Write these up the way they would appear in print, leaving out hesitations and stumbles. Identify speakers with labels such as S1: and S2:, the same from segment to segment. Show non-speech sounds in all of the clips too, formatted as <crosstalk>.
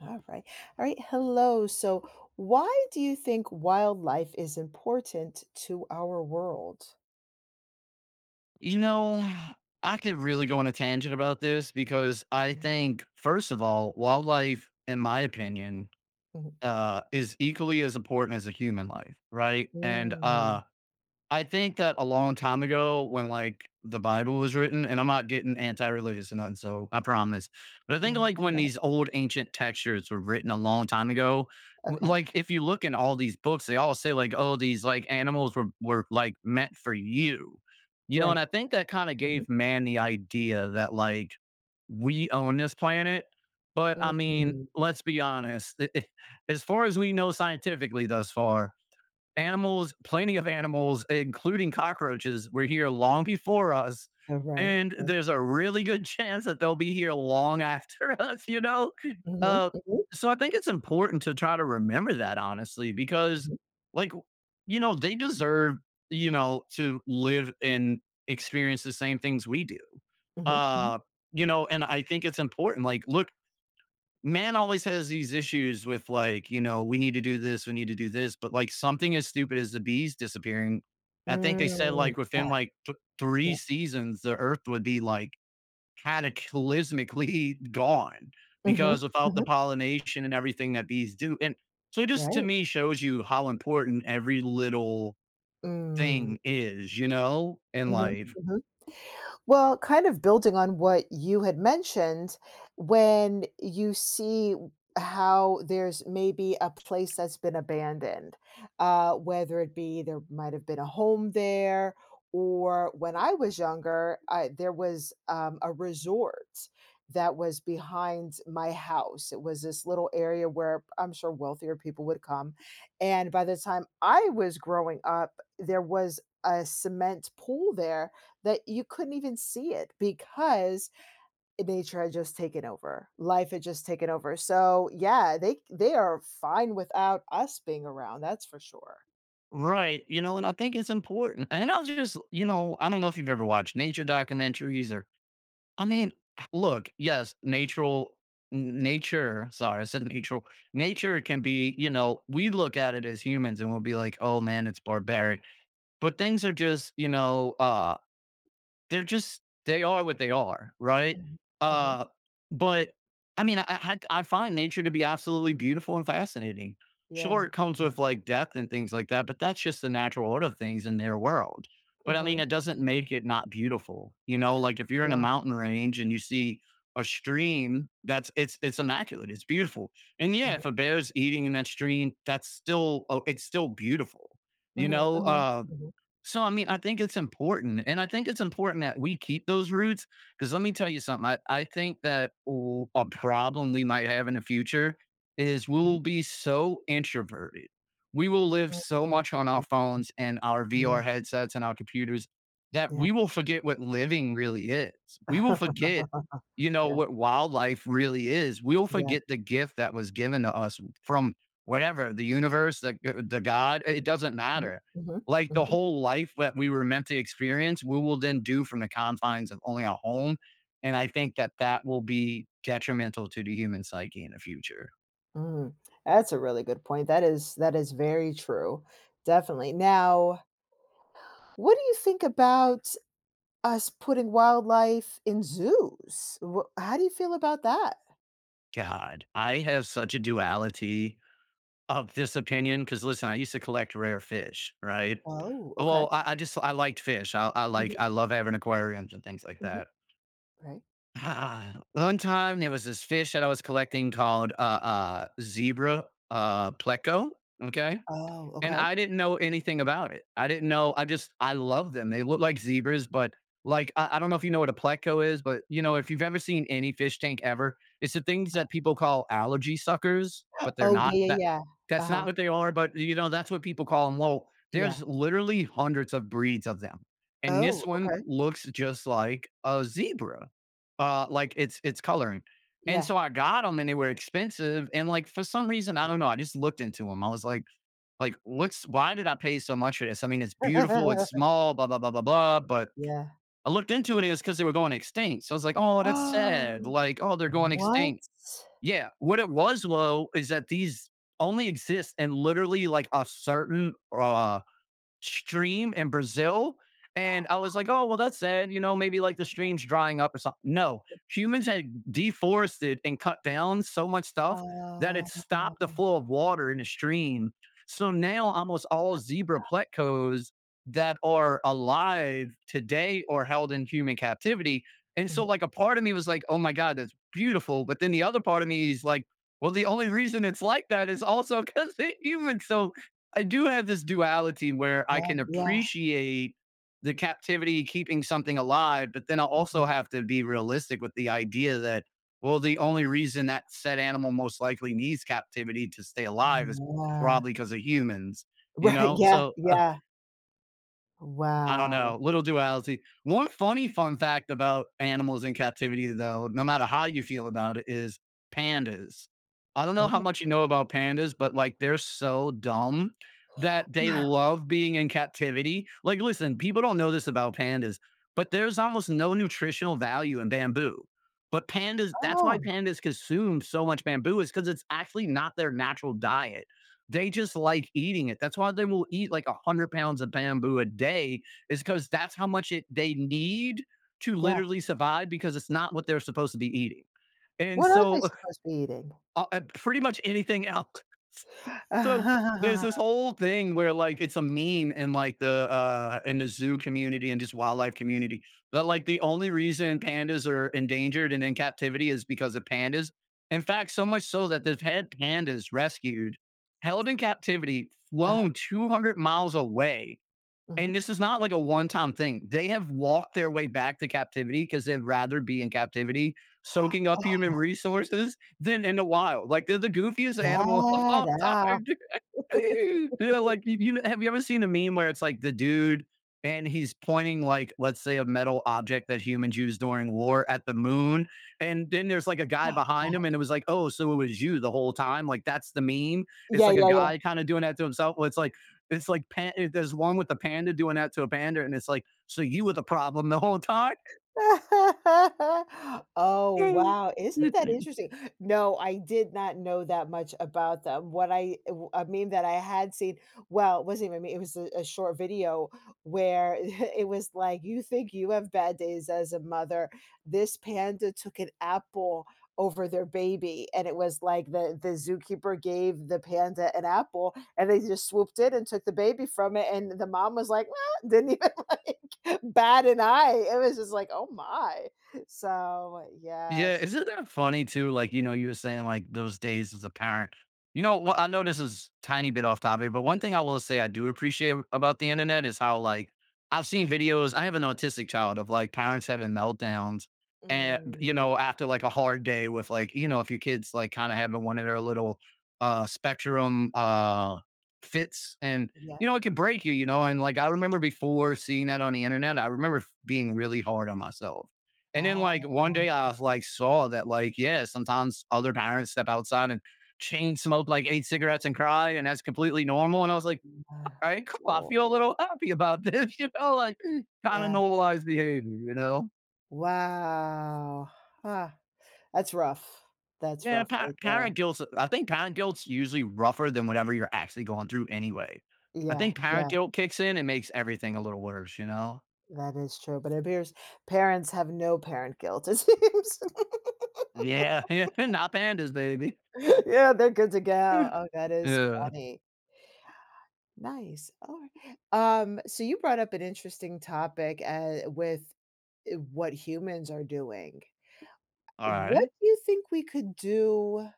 S1: All right. All right. Hello. So, why do you think wildlife is important to our world?
S2: You know, I could really go on a tangent about this because I
S1: Mm,
S2: think, first of all, wildlife, in my opinion,
S1: mhm.
S2: is equally as important as a human life, right? And
S1: Mm,
S2: I think that a long time ago when, like, the Bible was written, and I'm not getting anti-religious or nothing, so I promise. But I think,
S1: yeah.
S2: like,
S1: <laughs>
S2: when
S1: Uh-huh.
S2: these old ancient textures were written a long time ago, l
S1: Okay.
S2: like, if you look in all these books, they all say, like, "Oh, these, like, animals were, like, meant for you." You know, and
S1: Right.
S2: I think that kinda
S1: Mhm,
S2: gave man the idea that, like, we own this planet. But, I mean,
S1: mhm,
S2: let's be honest, <laughs> as far as we know scientifically thus far, animals, plenty of animals, including cockroaches, were here long before us.
S1: all right,
S2: And
S1: right,
S2: there's a really good <laughs> chance that they'll be here long after <laughs> us.
S1: mhm,
S2: Uh,
S1: mhm,
S2: so I think it's important to try to remember that, honestly, because,
S1: mhm,
S2: like, they deserve, to live and experience the same things we do.
S1: mhm, mhm.
S2: Uh, you know, and I think it's important. Like, look, man always has these issues with, like, you know, we need to do this, we need to do this, but like something as stupid as the bees disappearing, I think they said
S1: Mm,
S2: like within
S1: yeah.
S2: like three
S1: Yeah.
S2: seasons the Earth would be like cataclysmically <laughs> gone,
S1: Mhm,
S2: because without the
S1: mhm,
S2: pollination and everything that bees do. And so it just to
S1: right.
S2: me shows you how important every little
S1: Mm,
S2: thing is, you know, in
S1: mhm,
S2: life.
S1: mhm. Well, kind of building on what you had mentioned, when you see how there's maybe a place that's been abandoned, whether it be there might have been a home there, or when I was younger, there was a resort that was behind my house. It was this little area where I'm sure wealthier people would come. And by the time I was growing up, there was a cement pool there that you couldn't even see it because nature had just taken over. Life had just taken over. So, yeah, they are fine without us being around, that's for sure.
S2: Right. You know, and I think it's important. And I'll just, you know, I don't know if you've ever watched nature documentaries or, I mean, look, yes, natural nature, sorry, I said natural. Nature can be, you know, we look at it as humans and we'll be like, oh man, it's barbaric. But things are just, they're just they are what they are, right?
S1: Mhm, mhm,
S2: Uh, but I mean, I find nature to be absolutely beautiful and fascinating.
S1: yeah,
S2: Sure, it comes with like depth and things like that, but that's just the natural order of things in their world. But I mean,
S1: mhm,
S2: it doesn't make it not beautiful, Like if you're in a
S1: yeah,
S2: mountain range and you see a stream, that's it's immaculate, it's beautiful. And yeah,
S1: mhm,
S2: if a bear's eating in that stream, that's still oh, it's still beautiful, you
S1: mhm,
S2: know.
S1: mhm,
S2: Um,
S1: mhm,
S2: so, I mean, I think it's important. And I think it's important that we keep those roots. Because let me tell you something. I think that a problem we might have in the future is we
S1: mhm,
S2: will be so introverted. We will live
S1: mm,
S2: so
S1: mm,
S2: much on our
S1: mm,
S2: phones and our
S1: mm, yeah,
S2: VR headsets and our computers, that
S1: yeah.
S2: we will forget what living really is. We will forget,
S1: <laughs> Yeah,
S2: what wildlife really is. We'll
S1: yeah,
S2: forget the gift that was given to us from whatever, the universe, the God, it doesn't
S1: mhm,
S2: matter.
S1: mhm,
S2: Like the
S1: mhm,
S2: whole life that we were meant to experience, we will then do from the confines of only our home. And I think that that will be detrimental to the human psyche in the future.
S1: mm. That's a really good point. That is very true, definitely. Now, what do you think about us putting wildlife in zoos? Wha How do you feel about that?
S2: God, I have such a duality of this opinion because, listen, I used to collect rare fish, right?
S1: Oh, okay.
S2: Well, I just I liked fish. I
S1: Mhm,
S2: I love having aquariums and things like
S1: mhm,
S2: that.
S1: right.
S2: Ah, one time there was this fish that I was collecting called zebra pleco. Okay.
S1: Oh,
S2: And
S1: okay.
S2: I didn't know anything about it. I didn't know I just I love them. They look like zebras, but, like, I don't know if you know what a pleco is, but, you know, if you've ever seen any fish tank ever, it's the things that people call algae suckers, but they're
S1: Oh, yeah,
S2: not
S1: yeah,
S2: that,
S1: yeah.
S2: that's not
S1: Uh-huh,
S2: what they are, but, you know, that's what people call them. Well,
S1: yeah.
S2: there's literally hundreds of breeds of them, and this
S1: Oh,
S2: one
S1: okay.
S2: looks just like a zebra, like, its coloring. And
S1: Yeah.
S2: so I got them, and they were expensive, and, like, for some reason, I don't know, I just looked into them. I was like, what's, why did I pay so much for this? I mean, it's beautiful, it's
S1: <laughs>
S2: small, blah, blah, blah, blah, blah. But
S1: Yeah.
S2: I looked into it, it was because they were going extinct. So I was like, oh,
S1: <gasps>
S2: that's sad.
S1: Oh,
S2: Like, oh, they're going
S1: what?
S2: extinct. Yeah. What it was, low, is that these only exist in literally like a certain stream in Brazil. And I was like, oh, well, that's sad." You know, maybe like the stream's drying up or something. No, humans had deforested and cut down so much stuff that it
S1: Uh
S2: stopped the flow of water in the stream. So now almost all zebra plecos that are alive today are held in human captivity. And so,
S1: mhm,
S2: like, a part of me was like, oh my God, that's beautiful. But then the other part of me is like, well, the only reason it's like that is also because <laughs> it's human. So I do have this duality where I
S1: yeah,
S2: can
S1: yeah,
S2: appreciate the captivity keeping something alive, but then I also
S1: mhm,
S2: have to be realistic with the idea that, well, the only reason that said animal most likely needs captivity to stay alive is
S1: yeah.
S2: probably because of humans, you
S1: Right,
S2: know?
S1: yeah,
S2: So
S1: yeah.
S2: I don't
S1: Wow.
S2: know. Little duality. One funny fun fact about animals in captivity, though, no matter how you feel about it, is pandas. I don't know
S1: Oh,
S2: how
S1: yeah.
S2: much you know about pandas, but like they're so dumb that they
S1: <sighs>
S2: love being in captivity. Like, listen, people don't know this about pandas, but there's almost no nutritional value in bamboo. But pandas, that's why
S1: Oh,
S2: pandas consume so much bamboo, is because it's actually not their natural diet. They just like eating it. That's why they will eat like 100 pounds of bamboo a day, is because that's how much it they need to
S1: yeah.
S2: literally survive, because it's not what they're supposed to be eating. And
S1: What are they
S2: so
S1: supposed to be eating?
S2: <laughs> pretty much anything <laughs> else. So there's this
S1: <sighs> <laughs>
S2: whole thing where like it's a meme in like the in the zoo community and just wildlife community, that like the only reason pandas are endangered and in captivity is because of pandas. In fact, so much so that they've had pandas rescued, held in captivity,
S1: uh
S2: flown 200 miles away,
S1: mhm.
S2: and this is not like a one time thing. They have walked their way back to captivity because they'd rather be in captivity, soaking up human resources than in the wild. Like they're the goofiest <laughs> animal of
S1: Yeah,
S2: all
S1: yeah.
S2: time. <laughs>
S1: <laughs>
S2: You know, like you know, have you ever seen a meme where it's like the dude and he's pointing like let's say a metal object that humans used during war at the moon, and then there's like a guy
S1: Wow.
S2: behind him and it was like, oh, so it was you the whole time, like that's the meme. It's
S1: Yeah,
S2: like a
S1: yeah, yeah.
S2: guy kind of doing that to himself. Well, it's like, it's like there's one with the panda doing that to a panda, and it's like, so you were the problem the whole time.
S1: <laughs> Oh, wow. Isn't that
S2: <laughs>
S1: interesting? No, I did not know that much about them. What I w A meme that I had seen, well, it wasn't even a meme, it was a short video where <laughs> it was like, "You think you have bad days as a mother. This panda took an apple over their baby," and it was like the zookeeper gave the panda an apple, and they just swooped in and took the baby from it, and the mom was like, "Ah," didn't even <laughs> like <laughs> bad. And it was just like, "Oh my." So,
S2: Yeah,
S1: yes.
S2: isn't that funny too? Like, you know, you were saying like those days as a parent. You know, what, I know this is tiny bit off topic, but one thing I will say I do appreciate about the internet is how, like, I've seen videos. I have an autistic child of like parents having meltdowns, and you
S1: Mm,
S2: know, after like a hard day with, like, you know, if your kids like kind of having one of their little spectrum fits, and
S1: yeah.
S2: you know, it can break you, you know, and like I remember before seeing that on the internet, I remember being really hard on myself, and then
S1: Ah,
S2: like one day I like saw that, like, yeah, sometimes other parents step outside and chain smoke like 8 cigarettes and cry, and that's completely normal. And I was like,
S1: yeah.
S2: all right, cool. I
S1: Oh,
S2: feel a little happy about this, <laughs> you know, like kind of
S1: yeah.
S2: normalized behavior, you know?
S1: Wow. Huh. That's rough. That's
S2: Yeah,
S1: rough right there.
S2: parent guilt. I think parent guilt's usually rougher than whatever you're actually going through anyway. I
S1: Yeah,
S2: think parent
S1: yeah,
S2: guilt kicks in and makes everything a little worse, you know?
S1: that is true, but it appears parents have no parent guilt, it seems. <laughs>
S2: Yeah, <laughs> yeah, not pandas, baby.
S1: Yeah, they're good to go.
S2: <laughs>
S1: Oh, that is
S2: Yeah.
S1: funny. Nice. All right. So you brought up an interesting topic with what humans are doing.
S2: All
S1: What
S2: right.
S1: do you think we could do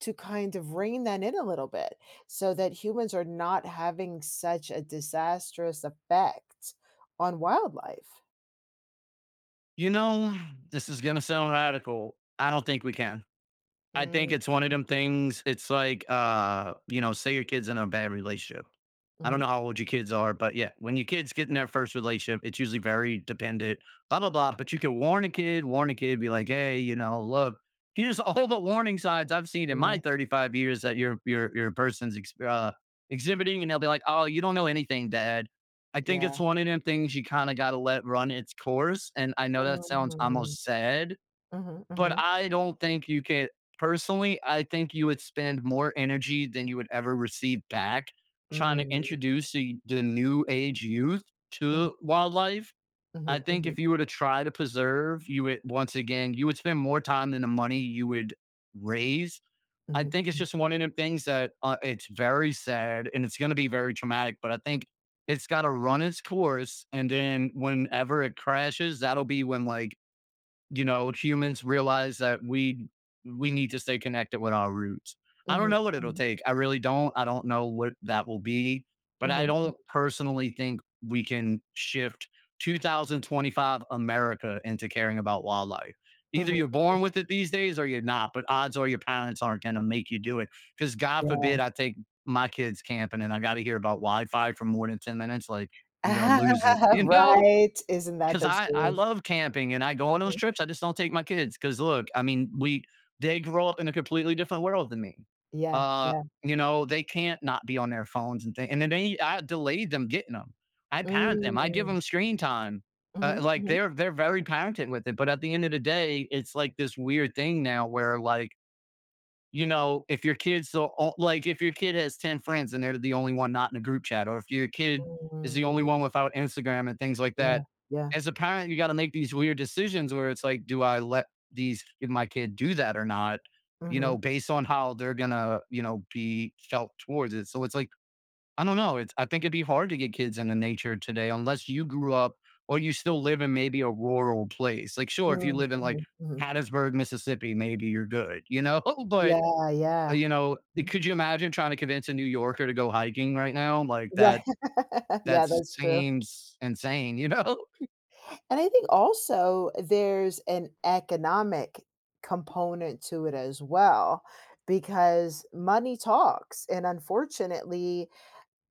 S1: to kind of rein that in a little bit so that humans are not having such a disastrous effect on wildlife?
S2: You know, this is gonna sound radical. I don't think we can. I think
S1: Mm,
S2: it's one of them things. It's like, you know, say your kid's in a bad relationship. I don't
S1: mhm.
S2: know how old your kids are, but yeah, when your kids get in their first relationship, it's usually very dependent, blah, blah, blah. But you can warn a kid, be like, hey, you know, look, here's <laughs> all the warning signs I've seen in
S1: Right.
S2: my 35 years that your person's exhibiting. And they'll be like, oh, you don't know anything, dad. I think it's
S1: Yeah.
S2: one of them things you kind of got to let run its course. And I know that sounds
S1: Mm,
S2: almost sad
S1: mhm,
S2: but
S1: mhm,
S2: I don't think you can. Personally, I think you would spend more energy than you would ever receive back trying to
S1: mm,
S2: introduce the new age youth
S1: mhm,
S2: to wildlife. I
S1: mhm,
S2: think
S1: mhm,
S2: if you were to try to preserve, you would once again, you would spend more time than the money you would raise. I
S1: mhm,
S2: think it's
S1: mhm,
S2: just one of the things that it's very sad and it's going to be very traumatic, but I think it's got to run its course. And then whenever it crashes, that'll be when like you know, humans realize that we need to stay connected with our roots. I don't
S1: mhm,
S2: know what it'll take. I really don't. I don't know what that will be, but I
S1: mhm, mhm,
S2: don't personally think we can shift 2025 America into caring about wildlife. Either
S1: mhm.
S2: you're born with it these days or you're not, but odds are your parents aren't going to make you do it. Because God
S1: Yeah.
S2: forbid I take my kids camping and I got to hear about Wi Fi for more than 10 minutes. Like, I'm going to lose it, <laughs>
S1: <laughs>
S2: you know?
S1: Right, isn't that
S2: 'Cause
S1: the
S2: I
S1: truth?
S2: love camping and I go on those
S1: Mhm.
S2: trips, I just don't take my kids. Cause look, I mean, we they grow up in a completely different world than me.
S1: Yeah,
S2: Uh,
S1: yeah.
S2: you know, they can't not be on their phones and things. And then they I delayed them getting them. I parent them, I give
S1: Mm.
S2: them screen time.
S1: Mhm,
S2: Like,
S1: mhm.
S2: they're very parented with it, but at the end of the day, it's like this weird thing now where, like, you know, if your kid's the o like, if your kid has 10 friends and they're the only one not in a group chat, or if your kid is the only one
S1: Mm,
S2: without Instagram and things like
S1: yeah,
S2: that,
S1: yeah.
S2: as a parent, you gotta make these weird decisions where it's like, "Do I let these give my kid do that or not?" You know,
S1: Mhm.
S2: based on how they're gonna, you know, be felt towards it. So it's like, I don't know, it's I think it'd be hard to get kids into nature today unless you grew up or you still live in maybe a rural place. Like, sure, if you
S1: Mm,
S2: live in, like,
S1: mhm, mhm.
S2: Hattiesburg, Mississippi, maybe you're good, you know? <laughs> But
S1: Yeah, yeah.
S2: you know,
S1: Mhm.
S2: could you imagine trying to convince a New Yorker to go hiking right now? Like
S1: Right. <laughs>
S2: that
S1: Yeah, that's true.
S2: seems insane, you know?
S1: And I think also there's an economic component to it as well because money talks, and unfortunately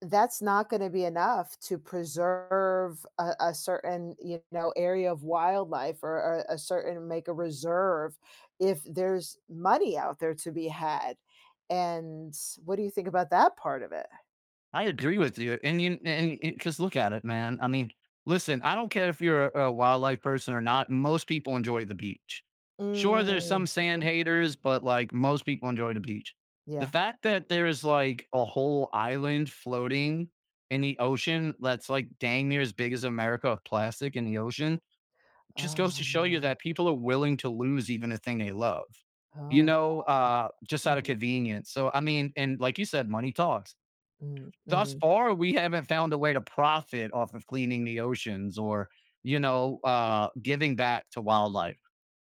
S1: that's not gonna be enough to preserve a certain, area of wildlife or a certain make a reserve if there's money out there to be had, and what do you think about that part of it?
S2: <laughs> I agree with you. And just look at it, man. I mean, listen, I don't care if you're a wildlife person or not. Most people enjoy the beach. Sure, there's some
S1: Mm,
S2: sand haters, but like most people enjoy the beach. The
S1: yeah.
S2: fact that there's like a whole island floating in the ocean that's like dang near as big as America of plastic in the ocean just
S1: Oh,
S2: goes to show you
S1: no.
S2: that people are willing to lose even a thing they love, you
S1: Oh,
S2: know, just out of
S1: mhm,
S2: convenience. So, I mean, and like you said, money talks. Thus
S1: mhm,
S2: far, we haven't found a way to profit off of cleaning the oceans or, you know, giving back to wildlife.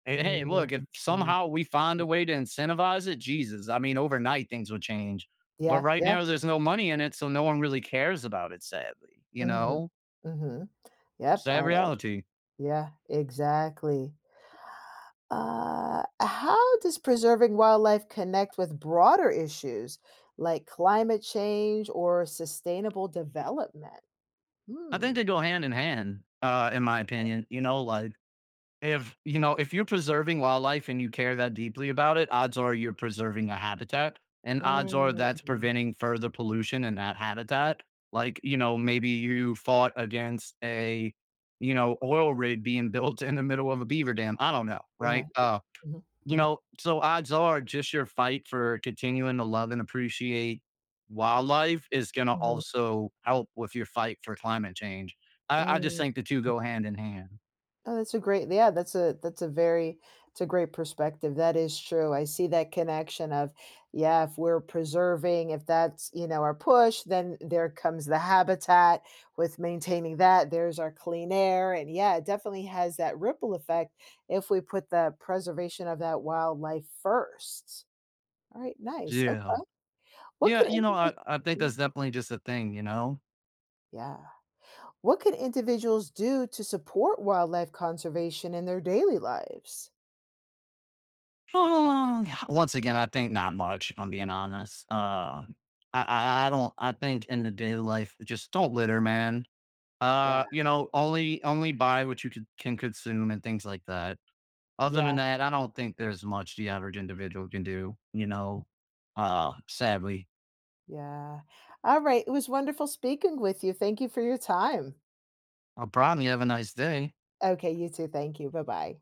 S2: And hey,
S1: mm,
S2: look, if
S1: mm.
S2: somehow we find a way to incentivize it, Jesus, I mean, overnight things will change. But
S1: Yeah,
S2: right
S1: yeah,
S2: now, there's no money in it. So no one really cares about it, sadly, you
S1: mhm,
S2: know,
S1: mhm. Yep,
S2: sad
S1: I
S2: reality.
S1: yeah, exactly. How does preserving wildlife connect with broader issues like climate change or sustainable development?
S2: I
S1: Hmm.
S2: think they go hand in hand, in my opinion. You know, like if you're preserving wildlife and you care that deeply about it, odds are you're preserving a habitat. And odds are that's
S1: Mm.
S2: preventing further pollution in that habitat. Like, you know, maybe you fought against you know, oil rig being built in the middle of a beaver dam. I don't know,
S1: Yeah.
S2: right?
S1: Mhm.
S2: You
S1: Mhm.
S2: know, so odds are just your fight for continuing to love and appreciate wildlife is going to
S1: Mhm.
S2: also help with your fight for climate change. I just
S1: Mm.
S2: think the two go hand in hand.
S1: Oh, that's a great, yeah, that's a very it's a great perspective. That is true. I see that connection of, yeah, if we're preserving, if that's, our push, then there comes the habitat with maintaining that. There's our clean air. And yeah, it definitely has that ripple effect if we put the preservation of that wildlife first. All right, nice. Okay.
S2: Yeah.
S1: What can
S2: Yeah. You know,
S1: individuals
S2: I think that's definitely just a thing, you know?
S1: Yeah. What can individuals do to support wildlife conservation in their daily lives?
S2: <sighs> Once again, I think not much, if I'm being honest. I don't, I think in the daily life, just don't litter, man.
S1: Yeah.
S2: You know, only buy what you can consume and things like that. Other than
S1: Yeah.
S2: that, I don't think there's much the average individual can do, you know, sadly.
S1: Yeah. Alright, it was wonderful speaking with you. Thank you for your time.
S2: I'll probably have a nice day.
S1: Okay, you too. Thank you. Bye-bye.